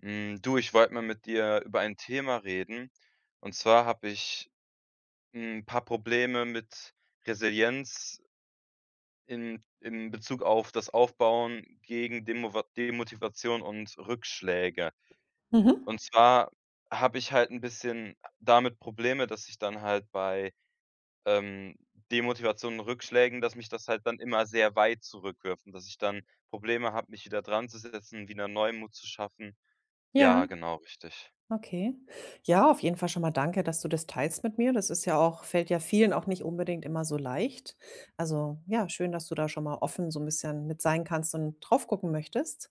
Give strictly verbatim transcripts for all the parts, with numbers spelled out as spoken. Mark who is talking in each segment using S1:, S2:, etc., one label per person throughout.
S1: Hm, du, ich wollte mal mit dir über ein Thema reden. Und zwar habe ich ein paar Probleme mit Resilienz in in Bezug auf das Aufbauen gegen Demova Demotivation und Rückschläge.
S2: Mhm.
S1: Und zwar habe ich halt ein bisschen damit Probleme, dass ich dann halt bei, ähm, Demotivation und Rückschlägen, dass mich das halt dann immer sehr weit zurückwirft und dass ich dann Probleme habe, mich wieder dran zu setzen, wieder Neumut zu schaffen.
S2: Ja,
S1: Ja, genau, richtig.
S2: okay. Ja, auf jeden Fall schon mal danke, dass du das teilst mit mir. Das ist ja auch fällt ja vielen auch nicht unbedingt immer so leicht. Also, ja, schön, dass du da schon mal offen so ein bisschen mit sein kannst und drauf gucken möchtest.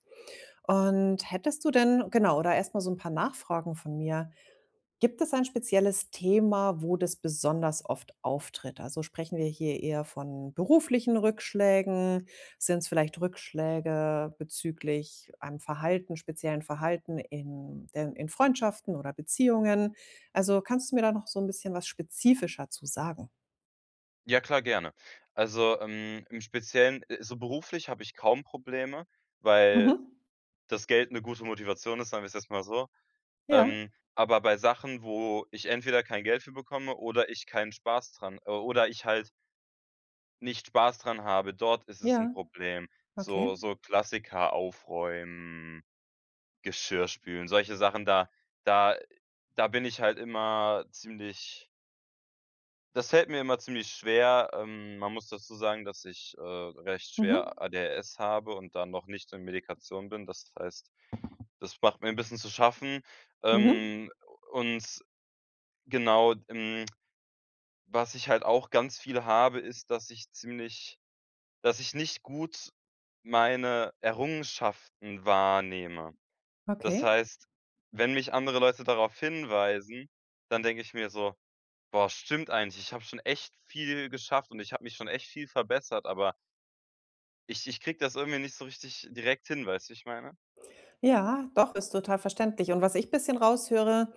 S2: Und hättest du denn genau, oder erstmal so ein paar Nachfragen von mir. Gibt es ein spezielles Thema, wo das besonders oft auftritt? Also, sprechen wir hier eher von beruflichen Rückschlägen? Sind es vielleicht Rückschläge bezüglich einem Verhalten speziellen Verhalten in der in Freundschaften oder Beziehungen? Also, kannst du mir da noch so ein bisschen was spezifischer zu sagen?
S1: Ja klar, gerne. Also, ähm, im Speziellen, äh, so beruflich habe ich kaum Probleme, weil
S2: Mhm.
S1: das Geld eine gute Motivation ist, sagen wir es jetzt mal so.
S2: Ja,
S1: Ähm, aber bei Sachen, wo ich entweder kein Geld für bekomme oder ich keinen Spaß dran äh, oder ich halt nicht Spaß dran habe, dort ist es ein
S2: ja,
S1: Problem.
S2: okay.
S1: So so Klassiker, aufräumen, Geschirr spülen, solche Sachen, da da da bin ich halt immer ziemlich. Das fällt mir immer ziemlich schwer. Ähm, man muss dazu sagen, dass ich, äh, recht
S2: Mhm.
S1: schwer A D H S habe und da noch nicht so in Medikation bin. Das heißt, das macht mir ein bisschen zu schaffen.
S2: Mhm.
S1: Ähm, und genau, ähm, Was ich halt auch ganz viel habe, ist, dass ich ziemlich dass ich nicht gut meine Errungenschaften wahrnehme. Das
S2: Okay.
S1: heißt, wenn mich andere Leute darauf hinweisen, dann denke ich mir so: Boah, stimmt eigentlich. Ich habe schon echt viel geschafft und ich habe mich schon echt viel verbessert, aber ich ich kriege das irgendwie nicht so richtig direkt hin, weißt du, wie ich meine?
S2: Ja, doch, ist total verständlich. Und was ich bisschen raushöre,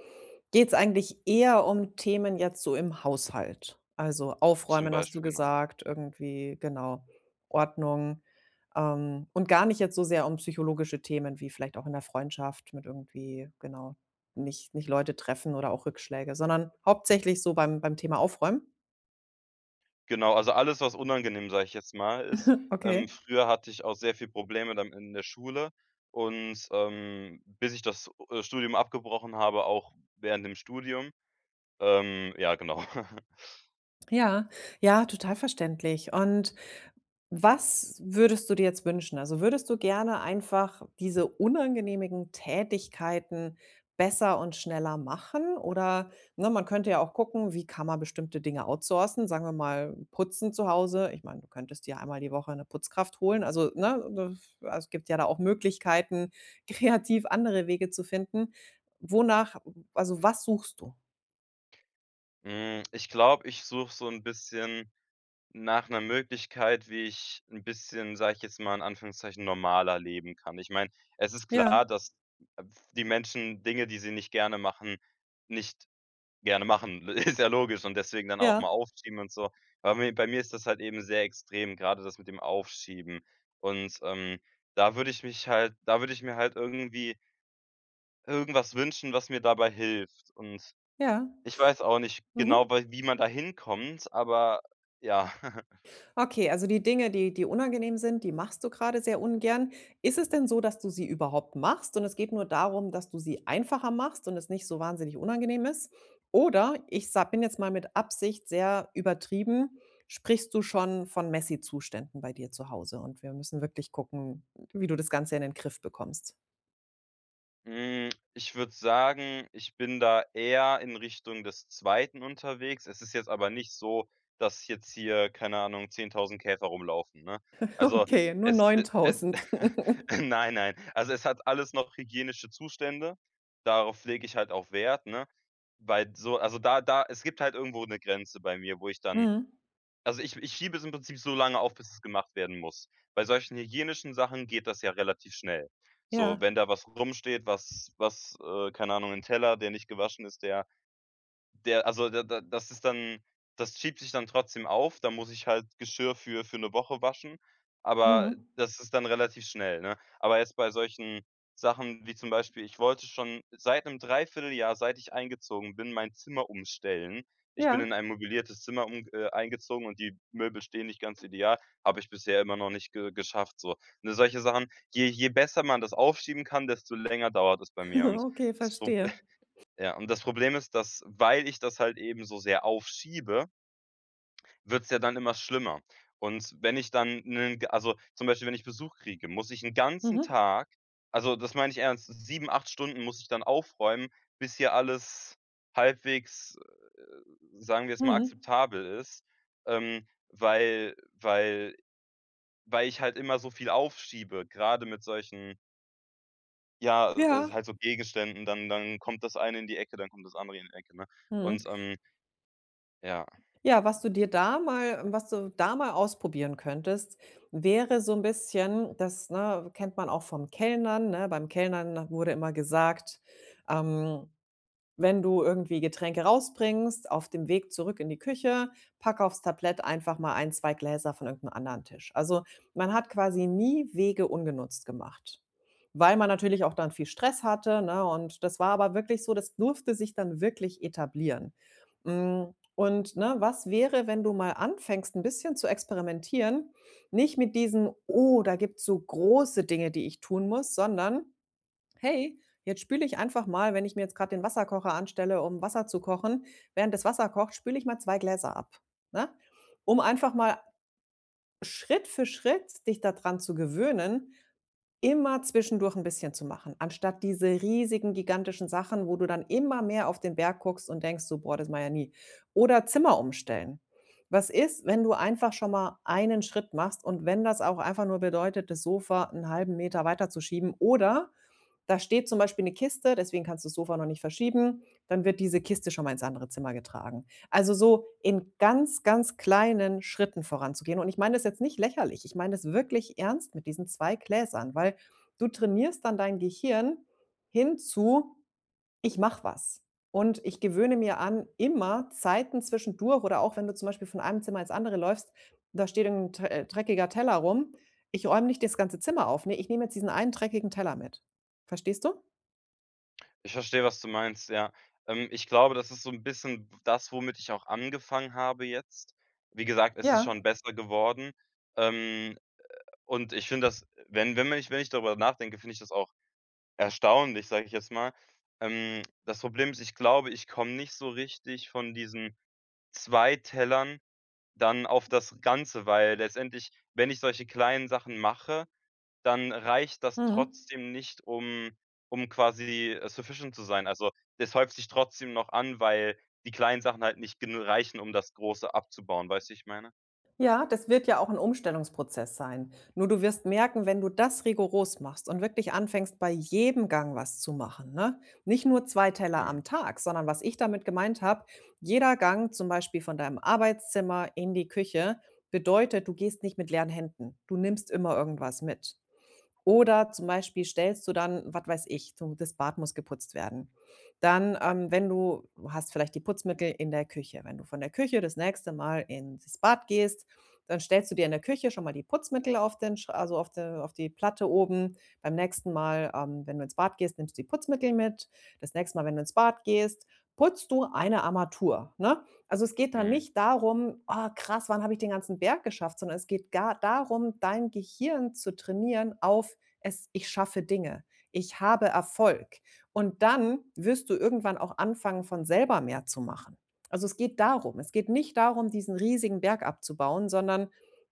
S2: geht's eigentlich eher um Themen jetzt so im Haushalt. Also,
S1: Zum
S2: aufräumen hast du
S1: Beispiel, genau.
S2: gesagt, irgendwie, genau, Ordnung, ähm, und gar nicht jetzt so sehr um psychologische Themen wie vielleicht auch in der Freundschaft mit irgendwie genau, nicht nicht Leute treffen oder auch Rückschläge, sondern hauptsächlich so beim beim Thema Aufräumen?
S1: Genau, also alles, was unangenehm, sage ich jetzt mal, ist. Ähm,
S2: Okay.
S1: früher hatte ich auch sehr viel Probleme dann in der Schule und, ähm, bis ich das, äh, Studium abgebrochen habe, auch während dem Studium. Ähm, ja, genau.
S2: Ja, ja, total verständlich. Und was würdest du dir jetzt wünschen? Also würdest du gerne einfach diese unangenehmen Tätigkeiten besser und schneller machen? Oder ne, man könnte ja auch gucken, wie kann man bestimmte Dinge outsourcen? Sagen wir mal, putzen zu Hause. Ich meine, du könntest dir einmal die Woche eine Putzkraft holen. Also ne, das- also es gibt ja da auch Möglichkeiten, kreativ andere Wege zu finden. Wonach, also was suchst du?
S1: Hm, ich glaube, ich suche so ein bisschen nach 'ner Möglichkeit, wie ich 'n bisschen, sage ich jetzt mal in Anführungszeichen, normaler leben kann. Ich meine, es ist
S2: Ja,
S1: klar, dass äh, die Menschen Dinge, die sie nicht gerne machen, nicht gerne machen. Ist ja logisch und deswegen dann auch mal
S2: ja,
S1: aufschieben und so. Aber mi bei mir ist das halt eben sehr extrem, grade das mit dem Aufschieben. Und, ähm, da würde ich mich halt da würde ich mir halt irgendwie irgendwas wünschen, was mir dabei hilft. Und
S2: ja.
S1: ich weiß auch nicht
S2: Mhm.
S1: genau, wei wie man da hinkommt, aber ja.
S2: Okay, also die Dinge, die die unangenehm sind, die machst du gerade sehr ungern. Ist es denn so, dass du sie überhaupt machst und es geht nur darum, dass du sie einfacher machst und es nicht so wahnsinnig unangenehm ist? Oder ich sa bin jetzt mal mit Absicht sehr übertrieben, sprichst du schon von Messi-Zuständen bei dir zu Hause und wir müssen wirklich gucken, wie du das Ganze in den Griff bekommst?
S1: Hm, ich würde sagen, ich bin da eher in Richtung des Zweiten unterwegs. Es ist jetzt aber nicht so, dass jetzt hier, keine Ahnung, zehntausend Käfer rumlaufen, ne? Also,
S2: Okay, nur
S1: es e es
S2: neuntausend.
S1: nein, nein. Also, es hat alles noch hygienische Zustände. Darauf lege ich halt auch Wert, ne? Weil so, also, da da es gibt halt irgendwo eine Grenze bei mir, wo ich dann,
S2: Mhm.
S1: also, ich ich schiebe es im Prinzip so lange auf, bis es gemacht werden muss. Bei solchen hygienischen Sachen geht das ja relativ schnell. So,
S2: Ja.
S1: wenn da was rumsteht, was was, äh keine Ahnung, ein Teller, der nicht gewaschen ist, der der also, da da das ist dann, das schiebt sich dann trotzdem auf, da muss ich halt Geschirr für für eine Woche waschen, aber
S2: Mhm.
S1: das ist dann relativ schnell, ne? Aber jetzt bei solchen Sachen wie zum Beispiel, ich wollte schon seit einem Dreivierteljahr, seit ich eingezogen bin, mein Zimmer umstellen. Ich bin
S2: Ja.
S1: in ein mobiliertes Zimmer um äh, eingezogen und die Möbel stehen nicht ganz ideal, habe ich bisher immer noch nicht ge geschafft so. Ne, solche Sachen, je je besser man das aufschieben kann, desto länger dauert es bei mir und
S2: Okay,
S1: das Pro
S2: verstehe.
S1: ja, und das Problem ist, dass, weil ich das halt eben so sehr aufschiebe, wird's ja dann immer schlimmer. Und wenn ich dann 'nen g also, zum Beispiel, wenn ich Besuch kriege, muss ich 'n ganzen
S2: Mhm.
S1: Tag, also, das meine ich ernst, sieben acht Stunden muss ich dann aufräumen, bis hier alles halbwegs, äh, sagen wir es mal,
S2: Mhm.
S1: akzeptabel ist, ähm, weil weil weil ich halt immer so viel aufschiebe, grade mit solchen, ja, äh,
S2: Ja.
S1: halt so Gegenständen, dann dann kommt das eine in die Ecke, dann kommt das andere in die Ecke, ne?
S2: Mhm.
S1: Und, ähm. Ja,
S2: Ja, was du dir da mal was du da mal ausprobieren könntest, wäre so ein bisschen das, ne, kennt man auch vom Kellnern, ne? Beim Kellnern wurde immer gesagt, ähm wenn du irgendwie Getränke rausbringst, auf dem Weg zurück in die Küche, pack aufs Tablett einfach mal ein, zwei Gläser von irgendeinem anderen Tisch. Also, man hat quasi nie Wege ungenutzt gemacht, weil man natürlich auch dann viel Stress hatte, ne? Und das war aber wirklich so das durfte sich dann wirklich etablieren. Hm, und, ne, was wäre, wenn du mal anfängst, ein bisschen zu experimentieren? Nicht mit diesem: „Oh, da gibt's so große Dinge, die ich tun muss“, sondern Hey, jetzt spüle ich einfach mal, wenn ich mir jetzt gerade den Wasserkocher anstelle, um Wasser zu kochen, während das Wasser kocht, spüle ich mal zwei Gläser ab, ne? Um einfach mal Schritt für Schritt dich daran zu gewöhnen, immer zwischendurch ein bisschen zu machen, anstatt diese riesigen, gigantischen Sachen, wo du dann immer mehr auf den Berg guckst und denkst so: „Boah, das mache ich ja nie.“ Oder Zimmer umstellen. Was ist, wenn du einfach schon mal einen Schritt machst und wenn das auch einfach nur bedeutet, das Sofa einen halben Meter weiterzuschieben oder da steht zum Beispiel eine Kiste, deswegen kannst du das Sofa noch nicht verschieben. Dann wird diese Kiste schon mal ins andere Zimmer getragen. Also, so in ganz, ganz kleinen Schritten voranzugehen. Und ich meine das jetzt nicht lächerlich. Ich meine das wirklich ernst mit diesen zwei Gläsern, weil du trainierst dann dein Gehirn hin zu ich mache was. Und ich gewöhne mir an, immer Zeiten zwischendurch oder auch wenn du zum Beispiel von einem Zimmer ins andere läufst, da steht 'n dre äh, dreckiger Teller rum. Ich räume nicht das ganze Zimmer auf, ne? Ich nehme jetzt diesen einen dreckigen Teller mit. Verstehst du?
S1: ich verstehe, was du meinst, ja. Ähm, ich glaube, das ist so 'n bisschen das, womit ich auch angefangen habe jetzt. Wie gesagt, es ist
S2: Ja.
S1: schon besser geworden. Ähm, und ich finde das, wenn wenn ich wenn ich darüber nachdenke, finde ich das auch erstaunlich, sage ich jetzt mal. Ähm, das Problem ist, ich glaube, ich komme nicht so richtig von diesen zwei Tellern dann auf das Ganze, weil letztendlich, wenn ich solche kleinen Sachen mache, dann reicht das
S2: Mhm.
S1: trotzdem nicht, um um quasi, äh, sufficient zu sein. Also, das häuft sich trotzdem noch an, weil die kleinen Sachen halt nicht genu reichen, um das Große abzubauen. Weißt du, wie ich meine?
S2: Ja, das wird ja auch ein Umstellungsprozess sein. Nur du wirst merken, wenn du das rigoros machst und wirklich anfängst, bei jedem Gang was zu machen, ne? Nicht nur zwei Teller
S1: Mhm,
S2: am Tag, sondern was ich damit gemeint habe, jeder Gang zum Beispiel von deinem Arbeitszimmer in die Küche bedeutet, du gehst nicht mit leeren Händen. Du nimmst immer irgendwas mit. Oder zum Beispiel stellst du dann, was weiß ich, du das Bad muss geputzt werden. Dann, ähm, wenn du hast vielleicht die Putzmittel in der Küche. Wenn du von der Küche das nächste Mal ins Bad gehst, dann stellst du dir in der Küche schon mal die Putzmittel auf den Sch also auf de auf die Platte oben. Beim nächsten Mal, ähm, wenn du ins Bad gehst, nimmst du die Putzmittel mit. Das nächste Mal, wenn du ins Bad gehst, putzt du eine Armatur, ne? Also, es geht dann
S1: mhm,
S2: nicht darum: „Oh krass, wann habe ich den ganzen Berg geschafft?“, sondern es geht gar darum, dein Gehirn zu trainieren auf es ich schaffe Dinge, ich habe Erfolg. Und dann wirst du irgendwann auch anfangen, von selber mehr zu machen. Also es geht darum, es geht nicht darum, diesen riesigen Berg abzubauen, sondern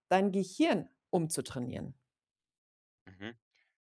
S2: dein Gehirn umzutrainieren.
S1: mhm.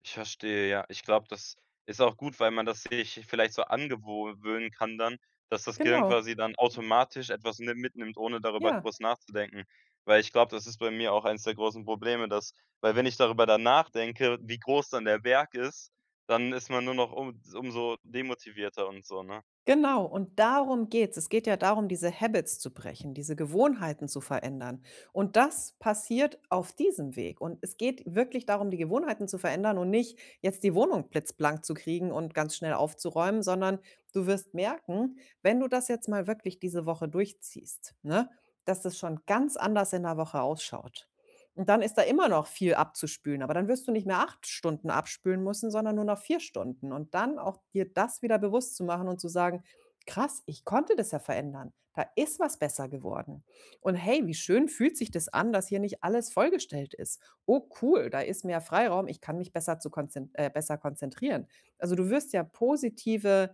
S1: Ich verstehe, ja. Ich glaube, das ist auch gut, weil man das sich vielleicht so angewöhnen kann dann, dass das Gehirn
S2: Genau,
S1: quasi dann automatisch etwas ni mitnimmt, ohne darüber
S2: ja.
S1: groß nachzudenken. Weil ich glaube, das ist bei mir auch eines der großen Probleme, dass, weil wenn ich darüber dann nachdenke, wie groß dann der Berg ist, dann ist man nur noch um umso demotivierter und so, ne?
S2: Genau, und darum geht's. Es geht ja darum, diese Habits zu brechen, diese Gewohnheiten zu verändern. Und das passiert auf diesem Weg. Und es geht wirklich darum, die Gewohnheiten zu verändern und nicht jetzt die Wohnung blitzblank zu kriegen und ganz schnell aufzuräumen, sondern du wirst merken, wenn du das jetzt mal wirklich diese Woche durchziehst, ne, dass es schon ganz anders in der Woche ausschaut. Und dann ist da immer noch viel abzuspülen, aber dann wirst du nicht mehr acht Stunden abspülen müssen, sondern nur noch vier Stunden. Und dann auch dir das wieder bewusst zu machen und zu sagen: „Krass, ich konnte das ja verändern. Da ist was besser geworden. Und hey, wie schön fühlt sich das an, dass hier nicht alles vollgestellt ist. Oh cool, da ist mehr Freiraum. Ich kann mich besser zu konzen äh, besser konzentrieren.“ Also, du wirst ja positive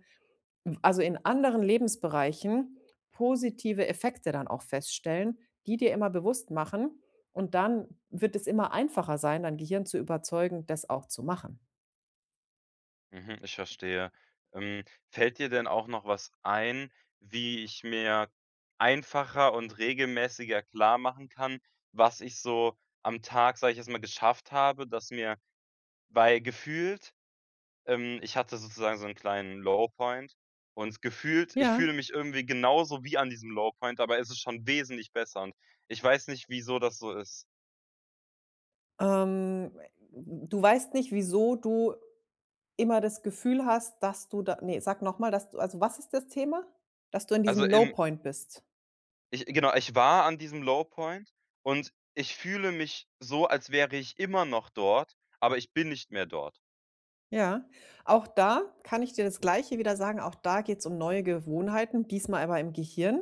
S2: also, in anderen Lebensbereichen positive Effekte dann auch feststellen, die dir immer bewusst machen und dann wird es immer einfacher sein, dein Gehirn zu überzeugen, das auch zu machen.
S1: Mhm, ich verstehe. Ähm, fällt dir denn auch noch was ein, wie ich mir einfacher und regelmäßiger klar machen kann, was ich so am Tag, sage ich jetzt mal, geschafft habe, dass mir, weil gefühlt, ähm, ich hatte sozusagen so einen kleinen Low Point und gefühlt, ich
S2: Ja.
S1: fühle mich irgendwie genauso wie an diesem Low Point, es ist schon wesentlich besser und ich weiß nicht, wieso das so ist.
S2: Ähm, du weißt nicht, wieso du immer das Gefühl hast, dass du da ne, sag noch mal, dass du also, was ist das Thema? Dass du in
S1: Also,
S2: diesem Low
S1: im
S2: Point bist?
S1: Ich genau, ich war an diesem Low Point und ich fühle mich so, als wäre ich immer noch dort, aber ich bin nicht mehr dort.
S2: Ja, auch da kann ich dir das Gleiche wieder sagen, auch da geht's um neue Gewohnheiten, diesmal aber im Gehirn.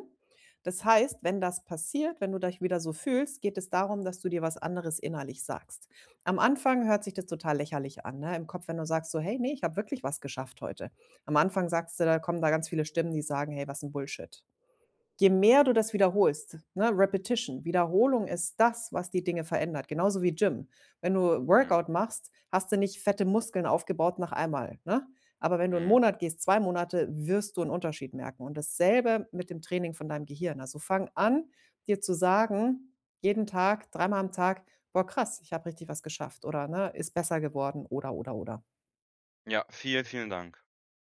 S2: Das
S1: Mhm,
S2: heißt, wenn das passiert, wenn du dich wieder so fühlst, geht es darum, dass du dir was anderes innerlich sagst. Am Anfang hört sich das total lächerlich an, ne? Im Kopf, wenn du sagst so: „Hey, nee, ich habe wirklich was geschafft heute.“ Am Anfang sagst du da kommen da ganz viele Stimmen, die sagen: „Hey, was ein Bullshit.“ je mehr du das wiederholst, ne, Repetition, Wiederholung ist das, was die Dinge verändert, genauso wie Gym. Wenn du
S1: mhm, mhm.
S2: Workout machst, hast du nicht fette Muskeln aufgebaut nach einmal, ne? Aber wenn du einen
S1: Mhm.
S2: Monat gehst, zwei Monate, wirst du einen Unterschied merken. Und dasselbe mit dem Training von deinem Gehirn. Also, fang an, dir zu sagen, jeden Tag, dreimal am Tag: „Boah, krass, ich habe richtig was geschafft“, oder, ne, „ist besser geworden“, oder, oder, oder.
S1: Ja, vielen, vielen Dank.